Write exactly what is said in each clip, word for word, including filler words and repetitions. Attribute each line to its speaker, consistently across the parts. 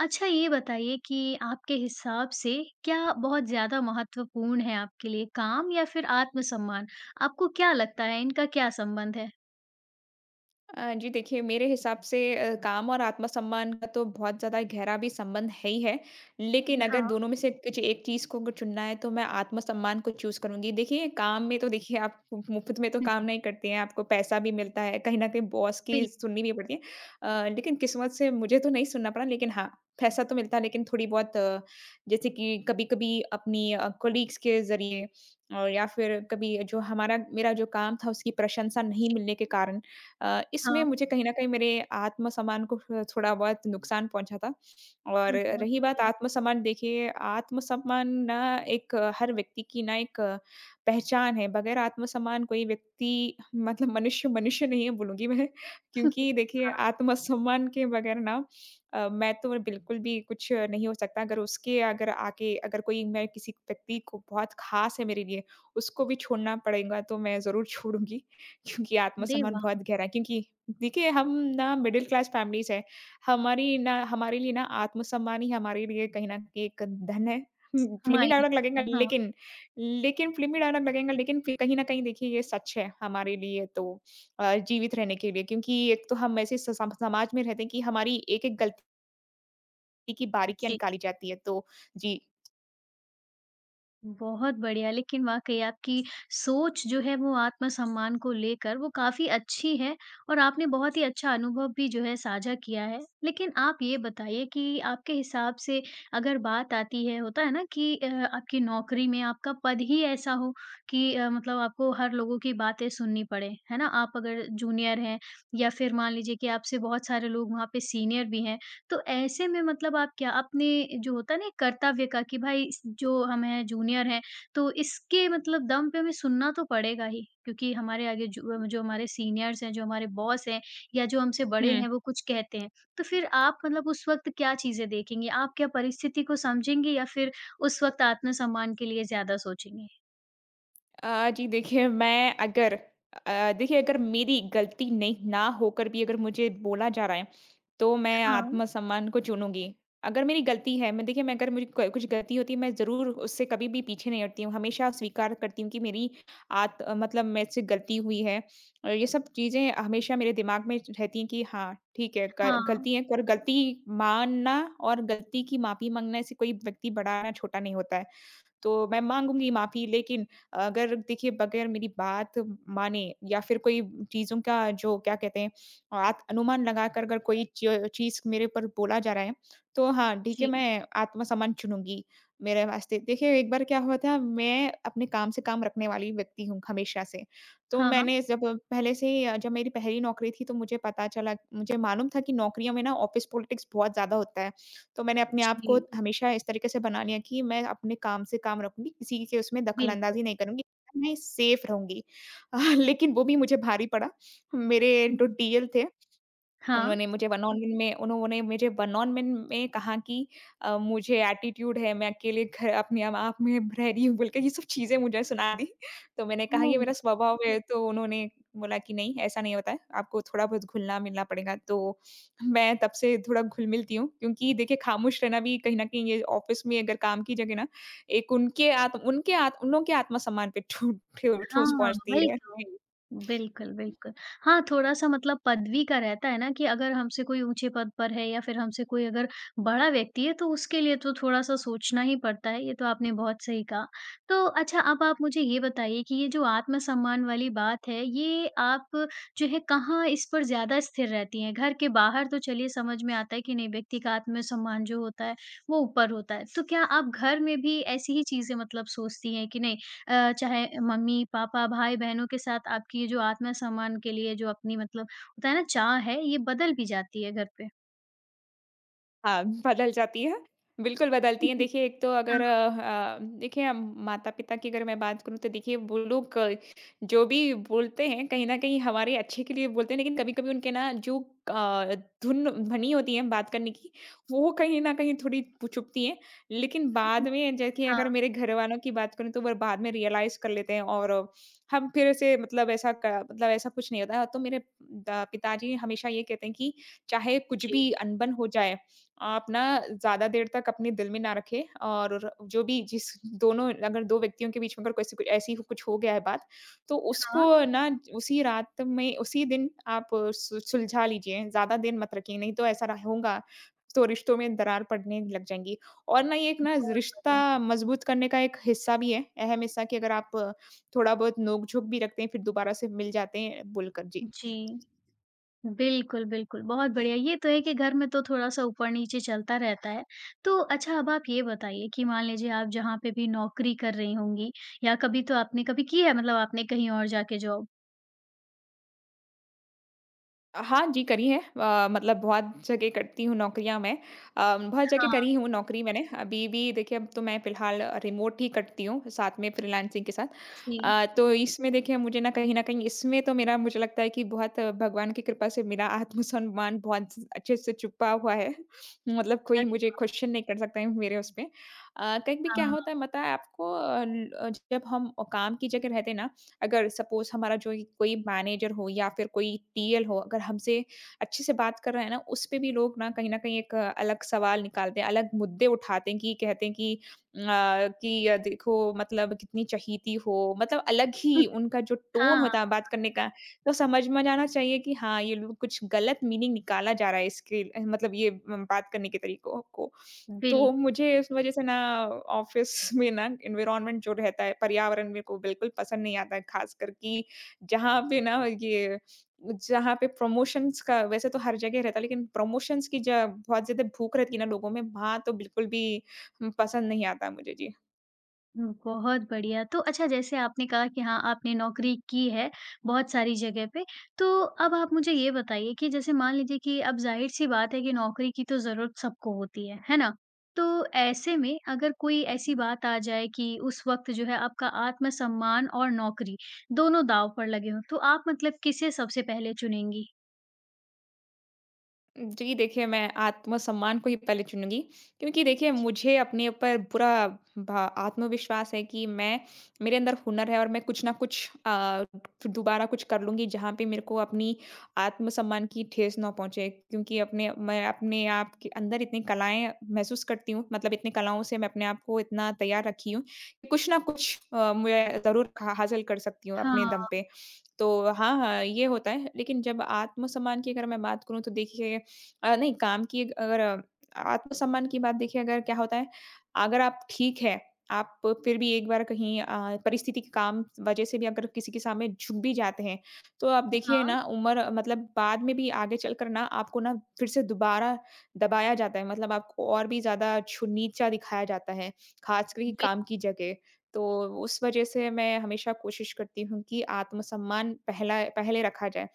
Speaker 1: अच्छा ये बताइए कि आपके हिसाब से क्या बहुत ज़्यादा महत्वपूर्ण है आपके लिए काम या फिर आत्मसम्मान? आपको क्या लगता है इनका क्या संबंध है?
Speaker 2: अ, जी देखिए, मेरे हिसाब से अ, काम और आत्मसम्मान का तो बहुत ज़्यादा गहरा भी संबंध है ही है। लेकिन अगर
Speaker 1: हाँ,
Speaker 2: दोनों में से कुछ एक चीज़ को अगर चुनना है तो मैं आत्मसम्मान को चूज़ करूँगी। देखिए, काम में तो देखिए आप मुफ़्त में तो काम नहीं करते हैं, आपको पैसा भी मिलता है, कहीं न कहीं बॉस की
Speaker 1: बिल्कुल,
Speaker 2: सुननी भी पड़ती है। अ, लेकिन किस्मत से मुझे तो नहीं सुनना पड़ा लेकिन हाँ, पैसा तो मिलता है लेकिन थोड़ी बहुत अ, जैसे कि कभी-कभी अपनी अ, कलीग्स के ज़रिए और या फिर कभी जो हमारा मेरा जो काम था उसकी प्रशंसा नहीं
Speaker 1: जी।
Speaker 2: मिलने के कारण अ, इसमें
Speaker 1: हाँ,
Speaker 2: मुझे कहीं न कहीं मेरे आत्मसम्मान को थो थोड़ा बहुत नुकसान पहुँचा था। और
Speaker 1: बहुत
Speaker 2: रही बात
Speaker 1: बढ़िया।
Speaker 2: आत्मसम्मान, देखिए आत्मसम्मान ना एक अ, हर व्यक्ति की ना एक अ, पहचान है, बगैर आत्मसम्मान कोई व्यक्ति मतलब मनुष्य मनुष्य नहीं है बोलूँगी मैं क्योंकि देखिए आत्मसम्मान के बगैर ना अ, मैं तो बिल्कुल भी कुछ नहीं हो सकता। अगर उसके अगर आके अगर कोई मैं किसी व्यक्ति को बहुत ख़ास है मेरे लिए, उसको भी छोड़ना पड़ेगा तो मैं ज़रूर छोड़ूँगी। क्योंकि
Speaker 1: अरे
Speaker 2: आत्मसम्मान
Speaker 1: वाह!
Speaker 2: बहुत गहरा है, क्योंकि देखिए हम ना मिडिल क्लास फैमिली से हैं। हमारी ना हमारे लिए ना आत्मसम्मान ही हमारे लिए कहीं न कहीं एक धन है। फ़िल्मी
Speaker 1: मायने
Speaker 2: डायलॉग
Speaker 1: रखता
Speaker 2: लगेगा,
Speaker 1: है, हाँ,
Speaker 2: लेकिन लेकिन फ़िल्मी डायलॉग लगेगा लेकिन फ़िर कहीं न कहीं देखिए ये सच है हमारे लिए तो अ, जीवित रहने के लिए, क्योंकि एक तो हम ऐसे स सम समाज में रहते हैं कि हमारी एक-एक गलती की बारीकियाँ
Speaker 1: जी।
Speaker 2: निकाली जाती है। तो जी।
Speaker 1: बहुत बढ़िया, लेकिन वाक़ई आपकी सोच जो है वो आत्मसम्मान को लेकर वो काफ़ी अच्छी है और आपने बहुत ही अच्छा अनुभव भी जो है साझा किया है। लेकिन आप ये बताइए कि आपके हिसाब से अगर बात आती है होता है ना कि अ, आपकी नौकरी में आपका पद ही ऐसा हो कि अ, मतलब आपको हर लोगों की बातें सुननी पड़े, है ना? आप अगर जूनियर हैं या फिर मान लीजिए कि आपसे बहुत सारे लोग वहाँ पे सीनियर भी हैं। तो ऐसे में मतलब आप क्या अपने जो होता है ना एक कर्तव्य का कि भाई इस जो हम हैं जूनियर हैं, तो इसके मतलब दम पे हमें सुनना तो पड़ेगा ही क्योंकि हमारे आगे जो जो हमारे सीनियर्स हैं, जो हमारे बॉस हैं या जो हमसे बड़े
Speaker 2: हुँ।
Speaker 1: हैं वो कुछ कहते हैं। तो फिर आप मतलब उस वक़्त क्या चीज़ें देखेंगे? आप क्या परिस्थिति को समझेंगे या फिर उस वक़्त आत्मसम्मान के लिए ज़्यादा सोचेंगे?
Speaker 2: अ, जी देखिए, मैं अगर अ, देखिए अगर मेरी गलती नहीं ना होकर भी अगर मुझे बोला जा रहा है, तो मैं
Speaker 1: हाँ,
Speaker 2: आत्मसम्मान को चुनूँगी। अगर मेरी गलती है, मैं देखिए मैं अगर मुझे क कुछ गलती होती है मैं ज़रूर उससे कभी भी पीछे नहीं हटती हूँ। हमेशा स्वीकार करती हूँ कि मेरी आत अ, मतलब मेरे से गलती हुई है। और ये सब चीज़ें हमेशा मेरे दिमाग में रहती हैं कि हाँ, ठीक है ग
Speaker 1: हाँ,
Speaker 2: गलती है और गलती मानना और गलती की माफ़ी माँगना इससे कोई व्यक्ति बड़ा या छोटा नहीं होता है। तो मैं माँगूँगी माफ़ी, लेकिन अगर देखिए बगैर मेरी बात माने या फिर कोई चीज़ों का जो क्या कहते हैं आत अनुमान लगाकर अगर कोई च चीज़ मेरे ऊपर बोला जा रहा है, तो हाँ, ठीक है
Speaker 1: जी।
Speaker 2: मैं आत्मसम्मान चुनूँगी मेरे वास्ते। देखिए एक बार क्या हुआ था, मैं अपने काम से काम रखने वाली व्यक्ति हूँ हमेशा से। तो
Speaker 1: हाँ, हाँ।
Speaker 2: मैंने जब पहले से ही जब मेरी पहली नौकरी थी तो मुझे पता चला, मुझे मालूम था कि नौकरियों में ना ऑफ़िस पॉलिटिक्स बहुत ज़्यादा होता है। तो मैंने अपने आप
Speaker 1: जी,
Speaker 2: को हमेशा इस तरीके से बना लिया कि मैं अपने काम से काम रखूँगी, किसी के उसमें
Speaker 1: बिल्कुल।
Speaker 2: दखल-अंदाज़ी नहीं करूँगी, मैं सेफ रहूँगी। लेकिन वो भी मुझे भारी पड़ा। मेरे जो टीएल थे
Speaker 1: हाँ,
Speaker 2: उन्होंने मुझे वन on वन में उन्होंने मुझे वन on वन में कहा कि अ, मुझे एटीट्यूड है, मैं अकेले घर अपने म आप में रह रही हूँ बोल के ये सब चीज़ें मुझे सुना दी। तो मैंने कहा ये
Speaker 1: ओह!
Speaker 2: मेरा स्वभाव है, तो उन्होंने बोला कि नहीं ऐसा नहीं होता है, आपको थोड़ा बहुत घुलना-मिलना पड़ेगा। तो मैं तब से थोड़ा घुल-मिलती हूँ, क्योंकि देखिए खामोश रहना भी कहीं न कहीं ये ऑफ़िस में अगर काम की जगह ना, एक उनके आत उनके आत उन लोगों के आत्मसम्मान पे ठू ठू ठूस
Speaker 1: हाँ,
Speaker 2: पहुँचती
Speaker 1: वही
Speaker 2: है।
Speaker 1: तो।
Speaker 2: जी।
Speaker 1: बिल्कुल, बिल्कुल। हाँ, थोड़ा-सा मतलब पदवी का रहता है ना कि अगर हमसे कोई ऊँचे पद पर है या फिर हमसे कोई अगर बड़ा व्यक्ति है तो उसके लिए तो थोड़ा-सा सोचना ही पड़ता है, ये तो आपने बहुत सही कहा। तो अच्छा अब आप मुझे ये बताइए कि ये जो आत्मसम्मान वाली बात है, ये आप जो है कहाँ इस पर ज़्यादा स्थिर रहती हैं? घर के बाहर तो चलिए समझ में आता है कि नहीं व्यक्ति का आत्मसम्मान जो होता है, वो ऊपर होता है। तो क्या आप घर में भी ऐसी ही चीज़ें मतलब सोचती हैं कि नहीं अ, चाहे मम्मी-पापा, भाई-बहनों के साथ आपकी ये जो आत्मसम्मान के लिए जो अपनी मतलब होता है ना चाह है, ये बदल भी जाती है घर पे।
Speaker 2: हाँ, बदल जाती है। बिल्कुल बदलती हैं। देखिए एक तो अगर
Speaker 1: हाँ,
Speaker 2: अ, अ, देखिए हम माता-पिता की अगर मैं बात करूँ तो देखिए वो लोग अ, जो भी बोलते हैं कहीं न कहीं हमारे अच्छे के लिए बोलते हैं, लेकिन कभी-कभी उनके ना जो अ, धुन भनी होती है बात करने की वो कहीं न कहीं थोड़ी पु चुभती है। लेकिन बाद में देखिए
Speaker 1: हाँ,
Speaker 2: अगर मेरे घरवालों की बात करूँ तो वो बाद में रियलाइज़ कर लेते हैं और अ, हम फिर से मतलब ऐसा क मतलब ऐसा कुछ नहीं होता है। तो मेरे द पिताजी हमेशा ये कहते हैं कि चाहे कुछ
Speaker 1: जी,
Speaker 2: भी अनबन हो जाए आप ना ज़्यादा देर तक अपने दिल में ना रखें, और जो भी जिस दोनों अगर दो व्यक्तियों के बीच में अगर कैसी कोई ऐसी कुछ हो गया है बात, तो
Speaker 1: हाँ,
Speaker 2: उसको ना उसी रात में उसी दिन आप सु सुलझा लीजिए, ज़्यादा देर मत रखिए, नहीं तो ऐसा रह होगा तो रिश्तों में दरार पड़ने लग जाएँगी। और ना ये एक ना
Speaker 1: बहुत
Speaker 2: रिश्ता
Speaker 1: बढ़िया।
Speaker 2: मज़बूत करने का एक हिस्सा भी है, अहम हिस्सा कि अगर आप थोड़ा-बहुत नोक-झोंक भी रखते हैं, फिर दोबारा से मिल जाते हैं बोलकर। जी।
Speaker 1: जी, बिल्कुल, बिल्कुल, बहुत बढ़िया। ये तो है कि घर में तो थोड़ा-सा ऊपर-नीचे चलता रहता है। तो अच्छा अब आप ये बताइए कि मान लीजिए आप जहाँ पे भी नौकरी कर रही होंगी या कभी तो आपने कभी की है मतलब आपने कहीं और जाके जॉब?
Speaker 2: हाँ जी, करी है। अ, मतलब बहुत जगह करती हूँ नौकरियाँ मैं। अ, बहुत जगह करी
Speaker 1: हाँ,
Speaker 2: हूँ नौकरी मैंने। अभी भी देखिए, अब तो मैं फ़िलहाल रिमोट ही करती हूँ, साथ में फ्रीलांसिंग के साथ।
Speaker 1: जी।
Speaker 2: अ, तो इसमें देखिए मुझे ना कहीं न कहीं इसमें तो मेरा, मुझे लगता है कि बहुत भगवान की कृपा से मेरा आत्मसम्मान बहुत अच्छे से छुपा हुआ है। मतलब कोई
Speaker 1: अरे
Speaker 2: मुझे
Speaker 1: वाह!
Speaker 2: क्वेश्चन नहीं कर सकता है मेरे उस पे। अ, कहीं भी क्या होता
Speaker 1: हाँ,
Speaker 2: है पता है आपको, अ, ल अ, जब हम काम की जगह रहते हैं ना, अगर सपोज़ हमारा जो ही कोई मैनेजर हो या फिर कोई टीएल हो, अगर हमसे अच्छे से बात कर रहा है ना, उसपे भी लोग ना कहीं न कहीं एक अ, अलग सवाल निकालते हैं, अलग मुद्दे उठाते हैं कि कहते हैं कि अ, कि अ, देखो मतलब कितनी चहेती हो, मतलब अलग ही उनका जो टोन
Speaker 1: हाँ,
Speaker 2: होता है बात करने का, तो समझ में जाना चाहिए कि हाँ, ये लोग कुछ गलत मीनिंग निकाला जा रहा है इसके मतलब ये म, बात करने के तरीकों को।
Speaker 1: बिल
Speaker 2: तो मुझे इस वज़ह से ना ऑफ़िस में ना एनवायरनमेंट जो रहता है, पर्यावरण मेरे को बिल्कुल पसंद नहीं आता है, ख़ासकर कि जहाँ पे ना ये जहाँ पे प्रमोशंस का वैसे तो हर जगह रहता है, लेकिन प्रमोशंस की ज बहुत ज़्यादा भूख रहती है ना लोगों में, वहाँ तो बिल्कुल भी उम, पसंद नहीं आता मुझे। जी।
Speaker 1: हुँ, बहुत बढ़िया। तो अच्छा जैसे आपने कहा कि हाँ, आपने नौकरी की है बहुत सारी जगह पे। तो अब आप मुझे ये बताइए कि जैसे मान लीजिए कि अब ज़ाहिर-सी बात है कि नौकरी की तो ज़रूरत सबको होती है, है ना? तो ऐसे में अगर कोई ऐसी बात आ जाए कि उस वक़्त जो है आपका आत्मसम्मान और नौकरी दोनों दाँव पर लगे हों, तो आप मतलब किसे सबसे पहले चुनेंगी?
Speaker 2: जी, देखिए मैं आत्मसम्मान को ही पहले चुनूँगी, क्योंकि देखिए मुझे अपने ऊपर पूरा भा आत्मविश्वास है कि मैं मेरे अंदर हुनर है और मैं कुछ ना कुछ अ, दोबारा कुछ कर लूँगी जहाँ पे मेरे को अपनी आत्मसम्मान की ठेस ना पहुँचे। क्योंकि अपने मैं अपने आप के अंदर इतनी कलाएँ महसूस करती हूँ, मतलब इतनी कलाओं से मैं अपने आप को इतना तैयार रखी हूँ कि कुछ ना कुछ अ, मैं ज़रूर खा हासिल कर सकती हूँ अपने दम
Speaker 1: हाँ।
Speaker 2: पे। तो हाँ, हाँ, ये होता है। लेकिन जब आत्मसम्मान की अगर मैं बात करूँ तो देखिए अ, नहीं काम की अगर अ, आत्मसम्मान की बात देखिए अगर क्या होता है, अगर आप ठीक है, आप फिर भी एक बार कहीं अ, परिस्थिति के काम वजह से भी अगर किसी के सामने झुक भी जाते हैं, तो आप देखिए
Speaker 1: हाँ,
Speaker 2: ना उम्र मतलब बाद में भी आगे चलकर ना आपको ना फिर से दोबारा दबाया जाता है। मतलब आपको और भी ज़्यादा छु नीचा दिखाया जाता है, ख़ासकर कि
Speaker 1: बि
Speaker 2: काम की जगह। तो उस वजह से मैं हमेशा कोशिश करती हूँ कि आत्मसम्मान पहला पहले रखा जाए।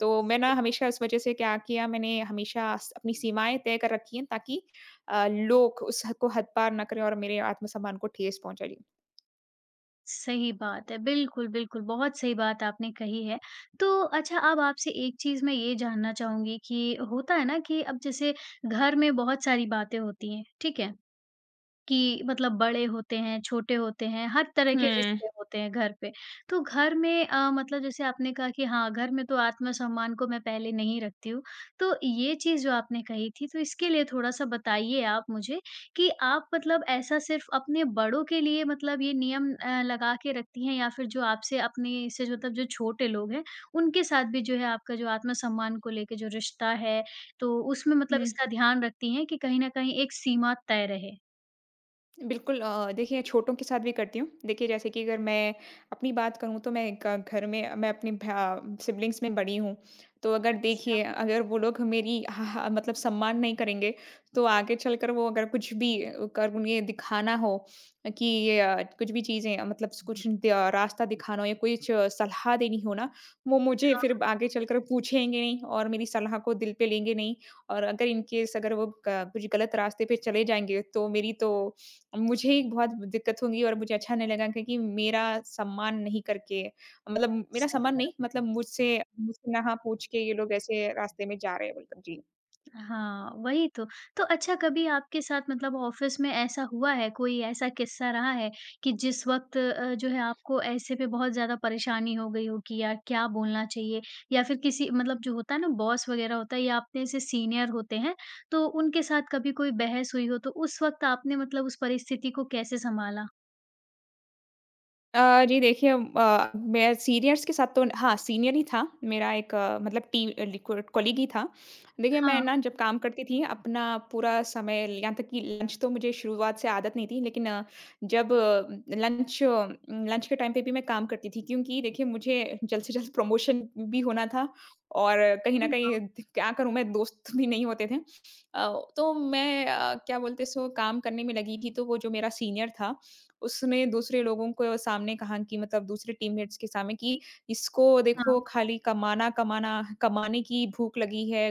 Speaker 2: तो मैं ना हमेशा इस वजह से क्या किया मैंने हमेशा स अपनी सीमाएँ तय कर रखी हैं ताकि अ, लोग उस हद को हद पार ना करें और मेरे आत्मसम्मान को ठेस पहुँचाएँ। जी।
Speaker 1: सही बात है। बिल्कुल, बिल्कुल, बहुत सही बात आपने कही है। तो अच्छा अब आपसे एक चीज़ मैं ये जानना चाहूँगी कि होता है ना कि अब जैसे घर में बहुत सारी बातें होती हैं, ठीक है? कि मतलब बड़े होते हैं, छोटे होते हैं, हर तरह के
Speaker 2: हुँ।
Speaker 1: रिश्ते होते हैं घर पे। तो घर में अ, मतलब जैसे आपने कहा कि हाँ, घर में तो आत्मसम्मान को मैं पहले नहीं रखती हूँ। तो ये चीज़ जो आपने कही थी, तो इसके लिए थोड़ा-सा बताइए आप मुझे कि आप मतलब ऐसा सिर्फ़ अपने बड़ों के लिए मतलब ये नियम अ, लगा के रखती हैं या फिर जो आपसे अपने से जो मतलब जो छोटे लोग हैं, उनके साथ भी जो है आपका जो आत्मसम्मान को लेके जो रिश्ता है, तो उसमें मतलब
Speaker 2: हुँ।
Speaker 1: इसका ध्यान रखती हैं कि कहीं न कहीं एक सीमा तय रहे?
Speaker 2: बिल्कुल, अ, देखिए छोटों के साथ भी करती हूँ। देखिए जैसे कि अगर मैं अपनी बात करूँ तो मैं ग घर में मैं अपने भा सिब्लिंग्स में बड़ी हूँ। तो अगर
Speaker 1: अच्छा,
Speaker 2: देखिए अगर वो लोग मेरी ह ह मतलब सम्मान नहीं करेंगे तो आगे चलकर वो अगर कुछ भी कर उन्हें दिखाना हो कि ये अ, कुछ भी चीज़ें अ, मतलब कुछ दिया रास्ता दिखाना हो या कुछ अ, सलाह देनी हो ना, वो मुझे फिर
Speaker 1: हाँ,
Speaker 2: आगे चलकर पूछेंगे नहीं और मेरी सलाह को दिल पे लेंगे नहीं। और अगर इन केस अगर वो क कुछ गलत रास्ते पे चले जाएँगे तो मेरी तो अब मुझे ही बहुत दिक्कत होगी और मुझे अच्छा नहीं लगा क्योंकि मेरा सम्मान नहीं करके मतलब मेरा
Speaker 1: सही
Speaker 2: सम्मान नहीं
Speaker 1: बात।
Speaker 2: मतलब मुझसे मुझसे ना पूछ के ये लोग ऐसे रास्ते में जा रहे हैं बोलकर। जी।
Speaker 1: हाँ, वही तो। तो अच्छा कभी आपके साथ मतलब ऑफ़िस में ऐसा हुआ है, कोई ऐसा किस्सा रहा है कि जिस वक़्त अ, जो है आपको ऐसे पे बहुत ज़्यादा परेशानी हो गई हो कि यार क्या बोलना चाहिए? या फिर किसी मतलब जो होता है ना बॉस वग़ैरह होता है या अपने से सीनियर होते हैं, तो उनके साथ कभी कोई बहस हुई हो, तो उस वक़्त आपने मतलब उस परिस्थिति को कैसे सँभाला?
Speaker 2: अ, जी देखिए, अ, मैं सीनियर्स के साथ तो हाँ, सीनियर ही था मेरा एक अ, मतलब टी लिकु कॉलीग ही था। देखिए मैं
Speaker 1: हाँ,
Speaker 2: ना जब काम करती थी अपना पूरा समय, यहाँ तक कि लंच तो मुझे शुरुआत से आदत नहीं थी, लेकिन अ, जब लंच लंच के टाइम पे भी मैं काम करती थी क्योंकि देखिए मुझे जल्द से जल्द प्रमोशन भी होना था और कहीं न
Speaker 1: अरे
Speaker 2: कहीं
Speaker 1: वाह!
Speaker 2: क्या करूँ मैं दोस्त भी नहीं होते थे। अ, तो मैं अ, क्या बोलते हैं सो काम करने में लगी थी तो वो जो मेरा सीनियर था उसमें दूसरे लोगों को सामने कहा कि मतलब दूसरे टीममेट्स के सामने कि इसको देखो
Speaker 1: हाँ,
Speaker 2: खाली कमाना कमाना कमाने की भूख लगी है,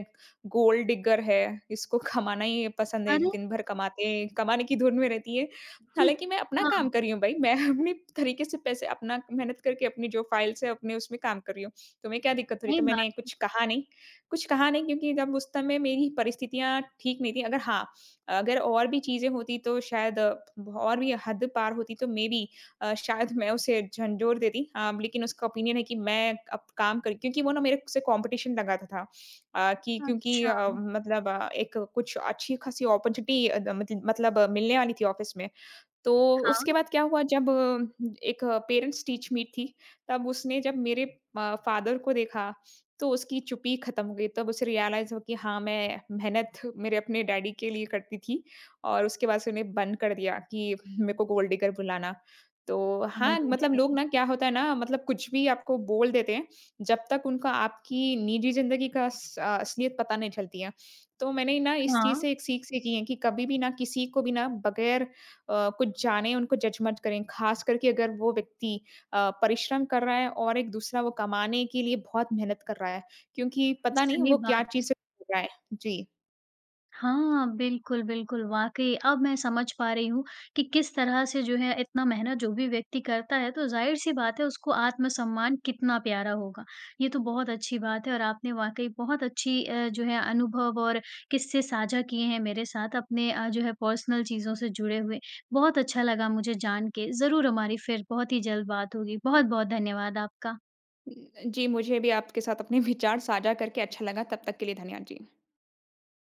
Speaker 2: गोल्ड डिगर है, इसको कमाना ही पसंद है,
Speaker 1: अरे!
Speaker 2: दिन भर कमाते कमाने की धुन में रहती है। हालाँकि मैं अपना
Speaker 1: हाँ,
Speaker 2: काम कर रही हूँ भाई, मैं अपने तरीके से पैसे अपना मेहनत करके अपनी जो फाइल्स है अपने उसमें काम कर रही हूँ, तो मैं क्या दिक्कत हो रही है?
Speaker 1: सही
Speaker 2: तो
Speaker 1: बात
Speaker 2: मैंने
Speaker 1: है।
Speaker 2: कुछ कहा नहीं, कुछ कहा नहीं, क्योंकि जब उस समय मेरी परिस्थितियाँ ठीक नहीं थी। अगर हाँ, अगर और भी चीज़ें होती तो शायद अ, और भी हद पार होती तो मेबी अ, शायद मैं उसे झंझोर देती। अ, लेकिन उसका ओपिनियन है कि मैं अब काम कर क्योंकि वो ना मेरे से कॉम्पिटिशन लगाता था। अ, कि क्योंकि
Speaker 1: अच्छा,
Speaker 2: अ, मतलब अ, एक कुछ अच्छी-खासी अपॉर्च्युनिटी अ, मतलब मतलब अ, मिलने वाली थी ऑफ़िस में। तो
Speaker 1: हाँ,
Speaker 2: उसके बाद क्या हुआ जब अ, एक पेरेंट्स टीच मीट थी, तब उसने जब मेरे अ, फ़ादर को देखा, तो उसकी चुप्पी ख़त्म हो गई। तब उसे रियलाइज़ हुआ कि हाँ, मैं मेहनत मेरे अपने डैडी के लिए करती थी और उसके बाद से उन्हें बंद कर दिया कि मेरे को गोल्ड डिगर बुलाना। तो
Speaker 1: अरे,
Speaker 2: हाँ, मतलब लोग
Speaker 1: अरे!
Speaker 2: ना क्या होता है ना मतलब कुछ भी आपको बोल देते हैं, जब तक उनका आपकी निजी ज़िंदगी का अस अ, असलियत पता नहीं चलती है। तो मैंने ना इस चीज़
Speaker 1: हाँ।
Speaker 2: से एक सीख सीखी है कि कभी भी ना किसी को भी ना बगैर अ, कुछ जानें, उनको जज मत करें। ख़ास करके अगर वो व्यक्ति अ, परिश्रम कर रहा है और एक दूसरा वो कमाने के लिए बहुत मेहनत कर रहा है, क्योंकि पता नहीं
Speaker 1: सही
Speaker 2: वो क्या
Speaker 1: बात है।
Speaker 2: चीज़ से गुज़र रहा है। जी।
Speaker 1: हाँ, बिल्कुल, बिल्कुल, वाक़ई अब मैं समझ पा रही हूँ कि किस तरह से जो है इतना मेहनत जो भी व्यक्ति करता है, तो ज़ाहिर-सी बात है उसको आत्मसम्मान कितना प्यारा होगा। ये तो बहुत अच्छी बात है और आपने वाक़ई बहुत अच्छी अ, जो है अनुभव और किस्से साझा किए हैं मेरे साथ अपने अ, जो है पर्सनल चीज़ों से जुड़े हुए। बहुत अच्छा लगा मुझे जान के, ज़रूर हमारी फिर बहुत ही जल्द बात होगी। बहुत-बहुत धन्यवाद आपका।
Speaker 2: जी, मुझे भी आपके साथ अपने विचार साझा करके अच्छा लगा। तब तक के लिए धन्यवाद जी।